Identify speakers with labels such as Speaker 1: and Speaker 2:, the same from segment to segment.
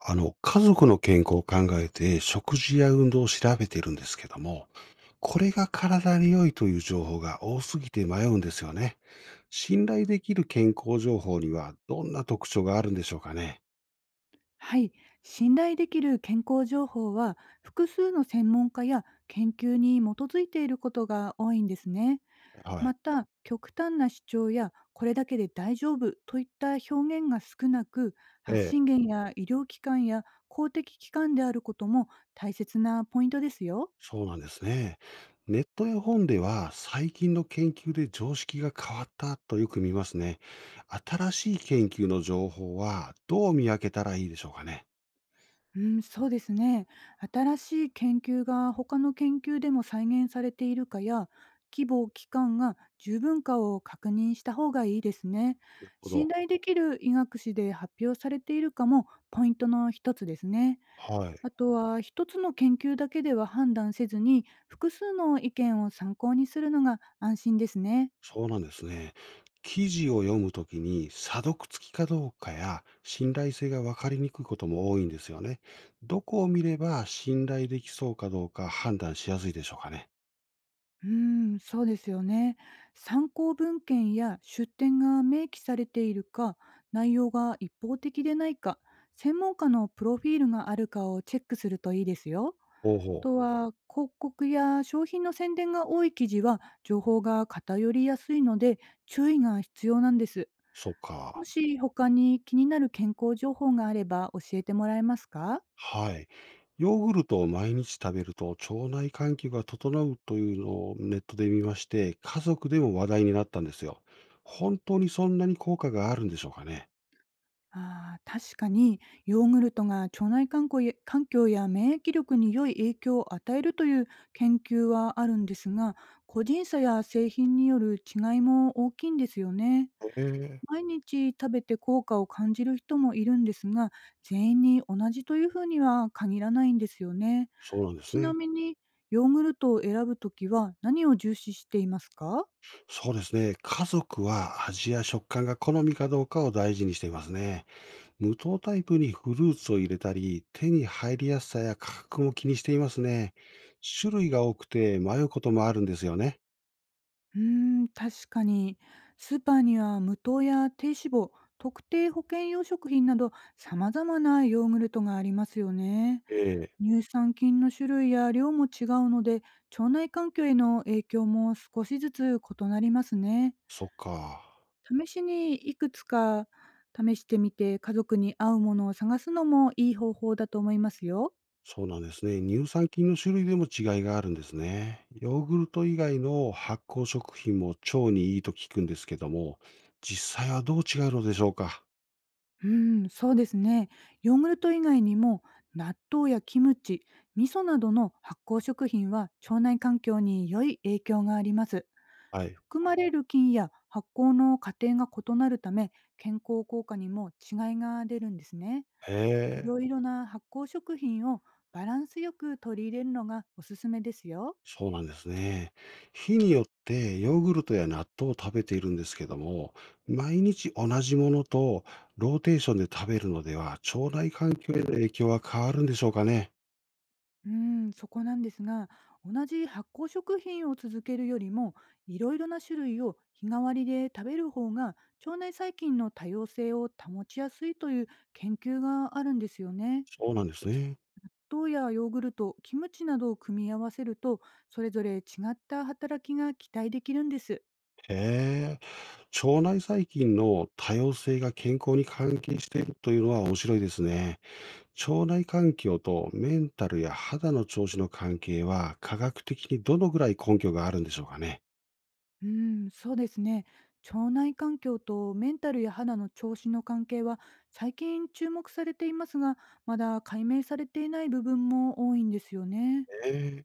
Speaker 1: 家族の健康を考えて食事や運動を調べているんですけども、これが体に良いという情報が多すぎて迷うんですよね。信頼できる健康情報にはどんな特徴があるんでしょうかね。
Speaker 2: はい、信頼できる健康情報は複数の専門家や研究に基づいていることが多いんですね。
Speaker 1: は
Speaker 2: ま
Speaker 1: い。
Speaker 2: た極端な主張やこれだけで大丈夫といった表現が少なく、
Speaker 1: え
Speaker 2: 発信
Speaker 1: え。
Speaker 2: 源や医療機関や公的機関であることも大切なポイントですよ。
Speaker 1: そうなんですね。ネットや本では最近の研究で常識が変わったとよく見ますね。新しい研究の情報はどう見分けたらいいでしょうかね。
Speaker 2: うん、そうですね。新しい研究が他の研究でも再現されているかや、規模、期間が十分かを確認した方がいいですね。
Speaker 1: なるほ
Speaker 2: 信
Speaker 1: ど。
Speaker 2: 頼できる医学誌で発表されているかもポイントの一つですね。
Speaker 1: はい。
Speaker 2: あとは一つの研究だけでは判断せずに、複数の意見を参考にするのが安心ですね。
Speaker 1: そうなんですね。記事を読むときに、査読付きかどうかや信頼性が分かりにくいことも多いんですよね。どこを見れば信頼できそうかどうか判断しやすいでしょうかね。
Speaker 2: うーん、そうですよね。参考文献や出典が明記されているか、内容が一方的でないか、専門家のプロフィールがあるかをチェックするといいですよ。
Speaker 1: ほう
Speaker 2: あ
Speaker 1: ほう。
Speaker 2: とはは、広告や商品の宣伝が多い記事は、情報が偏りやすいので、注意が必要なんです。
Speaker 1: そっ
Speaker 2: も
Speaker 1: か。
Speaker 2: し他に気になる健康情報があれば教えてもらえますか？
Speaker 1: はい。ヨーグルトを毎日食べると腸内環境が整うというのをネットで見まして、家族でも話題になったんですよ。本当にそんなに効果があるんでしょうかね。
Speaker 2: ああ、確かにヨーグルトが腸内環境や免疫力に良い影響を与えるという研究はあるんですが、個人差や製品による違いも大きいんですよね。
Speaker 1: へえ。
Speaker 2: 毎日食べて効果を感じる人もいるんですが、全員に同じというふうには限らないんですよね。
Speaker 1: そうなんです
Speaker 2: ちな
Speaker 1: ね。
Speaker 2: みに、ヨーグルトを選ぶときは何を重視していますか？
Speaker 1: そうですね。家族は味や食感が好みかどうかを大事にしていますね。無糖タイプにフルーツを入れたり、手に入りやすさや価格も気にしていますね。種類が多くて迷うこともあるんですよね。
Speaker 2: うーん、確かに。スーパーには無糖や低脂肪、特定保険用食品など様々なヨーグルトがありますよね。
Speaker 1: ええ。
Speaker 2: 乳酸菌の種類や量も違うので、腸内環境への影響も少しずつ異なりますね。
Speaker 1: そっか。
Speaker 2: 試しにいくつか試してみて、家族に合うものを探すのもいい方法だと思いますよ。
Speaker 1: そうなんですね。乳酸菌の種類でも違いがあるんですね。ヨーグルト以外の発酵食品も腸にいいと聞くんですけども、実際はどう違うのでしょうか。
Speaker 2: うーん、そうですね。ヨーグルト以外にも納豆やキムチ、味噌などの発酵食品は腸内環境に良い影響があります。
Speaker 1: はい。
Speaker 2: 含まれる菌や発酵の過程が異なるため、健康効果にも違いが出るんですね。
Speaker 1: へ
Speaker 2: いろ
Speaker 1: え。
Speaker 2: いろな発酵食品をバランスよく取り入れるのがおすすめですよ。
Speaker 1: そうなんですね。日によってヨーグルトや納豆を食べているんですけども、毎日同じものとローテーションで食べるのでは、腸内環境への影響は変わるんでしょうかね。
Speaker 2: うーん、そこなんですが、同じ発酵食品を続けるよりも、いろいろな種類を日替わりで食べる方が、腸内細菌の多様性を保ちやすいという研究があるんですよね。
Speaker 1: そうなんですね。
Speaker 2: 糖やヨーグルト、キムチなどを組み合わせると、それぞれ違った働きが期待できるんです。
Speaker 1: へえ、腸内細菌の多様性が健康に関係しているというのは面白いですね。腸内環境とメンタルや肌の調子の関係は科学的にどのぐらい根拠があるんでしょうかね。
Speaker 2: うーん、そうですね。腸内環境とメンタルや肌の調子の関係は最近注目されていますが、まだ解明されていない部分も多いんですよね。
Speaker 1: ええ。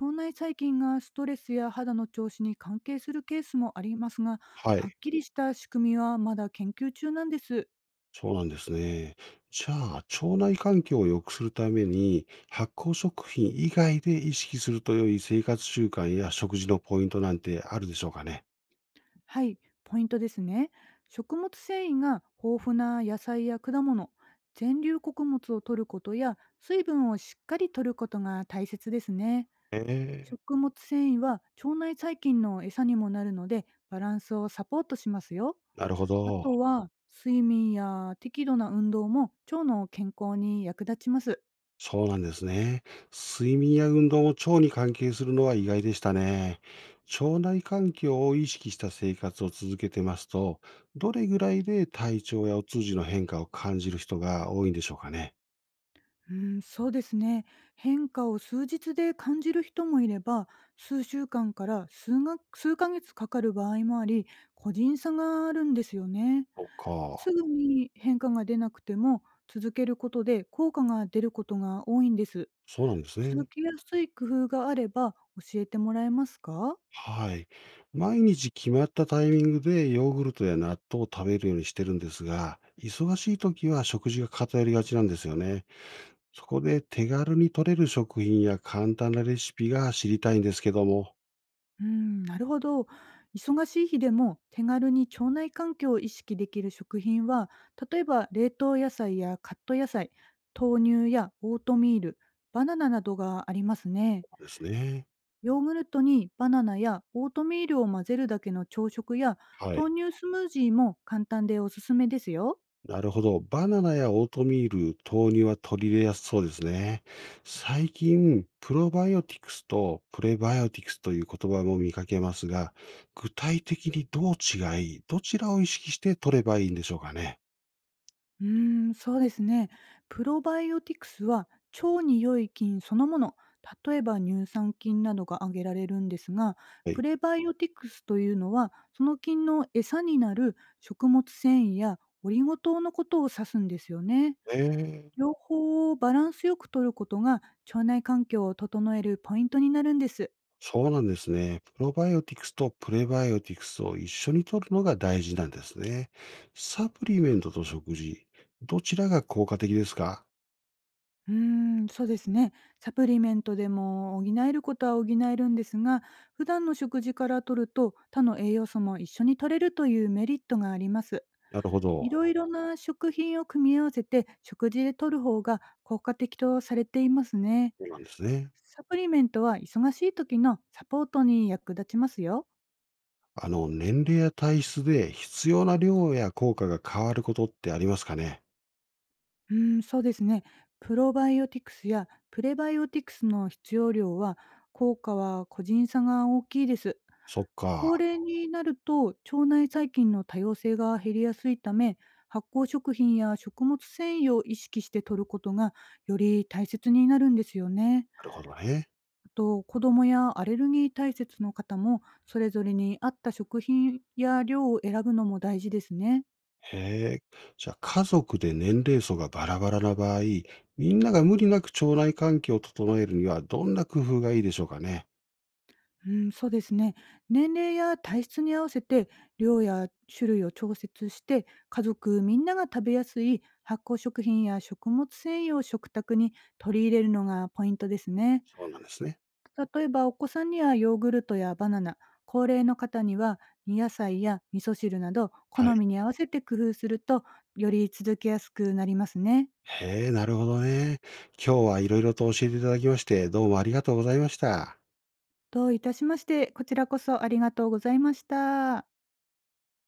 Speaker 2: 腸内細菌がストレスや肌の調子に関係するケースもありますが、
Speaker 1: は
Speaker 2: はっ
Speaker 1: い。
Speaker 2: きりした仕組みはまだ研究中なんです。
Speaker 1: そうなんですね。じゃあ、腸内環境を良くするために、発酵食品以外で意識すると良い生活習慣や食事のポイントなんてあるでしょうかね。
Speaker 2: はい、ポイントですね。食物繊維が豊富な野菜や果物、全粒穀物を摂ることや水分をしっかり摂ることが大切ですね。
Speaker 1: ええ、
Speaker 2: 食物繊維は腸内細菌の餌にもなるので、バランスをサポートしますよ。
Speaker 1: なるほ
Speaker 2: あ
Speaker 1: ど。
Speaker 2: とは睡眠や適度な運動も腸の健康に役立ちます。
Speaker 1: そうなんですね。睡眠や運動も腸に関係するのは意外でしたね。腸内環境を意識した生活を続けてますと、どれぐらいで体調やお通じの変化を感じる人が多いんでしょうかね。
Speaker 2: うん、そうですね。変化を数日で感じる人もいれば、数週間から数ヶ月かかる場合もあり、個人差があるんですよね。
Speaker 1: そっか。
Speaker 2: すぐに変化が出なくても、続けることで効果が出ることが多いんです。
Speaker 1: そうなんです
Speaker 2: 続
Speaker 1: ね。
Speaker 2: けやすい工夫があれば教えてもらえますか？
Speaker 1: はい。毎日決まったタイミングでヨーグルトや納豆を食べるようにしてるんですが、忙しい時は食事が偏りがちなんですよね。そこで手軽に取れる食品や簡単なレシピが知りたいんですけども。
Speaker 2: うん、なるほど。忙しい日でも手軽に腸内環境を意識できる食品は、例えば冷凍野菜やカット野菜、豆乳やオートミール、バナナなどがありますね。
Speaker 1: ですね。
Speaker 2: ヨーグルトにバナナやオートミールを混ぜるだけの朝食や
Speaker 1: はい。
Speaker 2: 豆乳スムージーも簡単でおすすめですよ。
Speaker 1: なるほど。バナナやオートミール、豆乳は取り入れやすそうですね。最近、プロバイオティクスとプレバイオティクスという言葉も見かけますが、具体的にどう違い、どちらを意識して取ればいいんでしょうかね。
Speaker 2: うーん、そうですね。プロバイオティクスは腸に良い菌そのもの、例えば乳酸菌などが挙げられるんですが、
Speaker 1: は
Speaker 2: プ
Speaker 1: い。
Speaker 2: レバイオティクスというのは、その菌の餌になる食物繊維やオリゴ糖のことを指すんですよね。
Speaker 1: えー
Speaker 2: 両方をバランスよく摂ることが腸内環境を整えるポイントになるんです。
Speaker 1: そうなんですね。プロバイオティクスとプレバイオティクスを一緒に取るのが大事なんですね。サプリメントと食事、どちらが効果的ですか？
Speaker 2: うーん、そうですね。サプリメントでも補えることは補えるんですが、普段の食事から摂ると他の栄養素も一緒に摂れるというメリットがあります。
Speaker 1: なるほ
Speaker 2: い
Speaker 1: ど。
Speaker 2: ろいろな食品を組み合わせて食事で摂る方が効果的とされていますね。
Speaker 1: そうなんですね。
Speaker 2: サプリメントは忙しい時のサポートに役立ちますよ。
Speaker 1: 年齢や体質で必要な量や効果が変わることってありますかね？
Speaker 2: うん、そうですね。プロバイオティクスやプレバイオティクスの必要量は、効果は個人差が大きいです。
Speaker 1: そっか。
Speaker 2: 高齢になると腸内細菌の多様性が減りやすいため、発酵食品や食物繊維を意識して摂ることがより大切になるんですよね。
Speaker 1: なるほどね。
Speaker 2: あと、子どもやアレルギー体質の方もそれぞれに合った食品や量を選ぶのも大事ですね。
Speaker 1: へえ。じゃあ、家族で年齢層がバラバラな場合、みんなが無理なく腸内環境を整えるにはどんな工夫がいいでしょうかね？
Speaker 2: うん、そうですね。年齢や体質に合わせて量や種類を調節して、家族みんなが食べやすい発酵食品や食物繊維を食卓に取り入れるのがポイントですね。
Speaker 1: そうなんですね。
Speaker 2: 例えばお子さんにはヨーグルトやバナナ、高齢の方には煮野菜や味噌汁など、好
Speaker 1: はい。
Speaker 2: みに合わせて工夫するとより続けやすくなりますね。
Speaker 1: へえ、なるほどね。今日はいろいろと教えていただきまして、どうもありがとうございました。
Speaker 2: どういたしまして。こちらこそありがとうございました。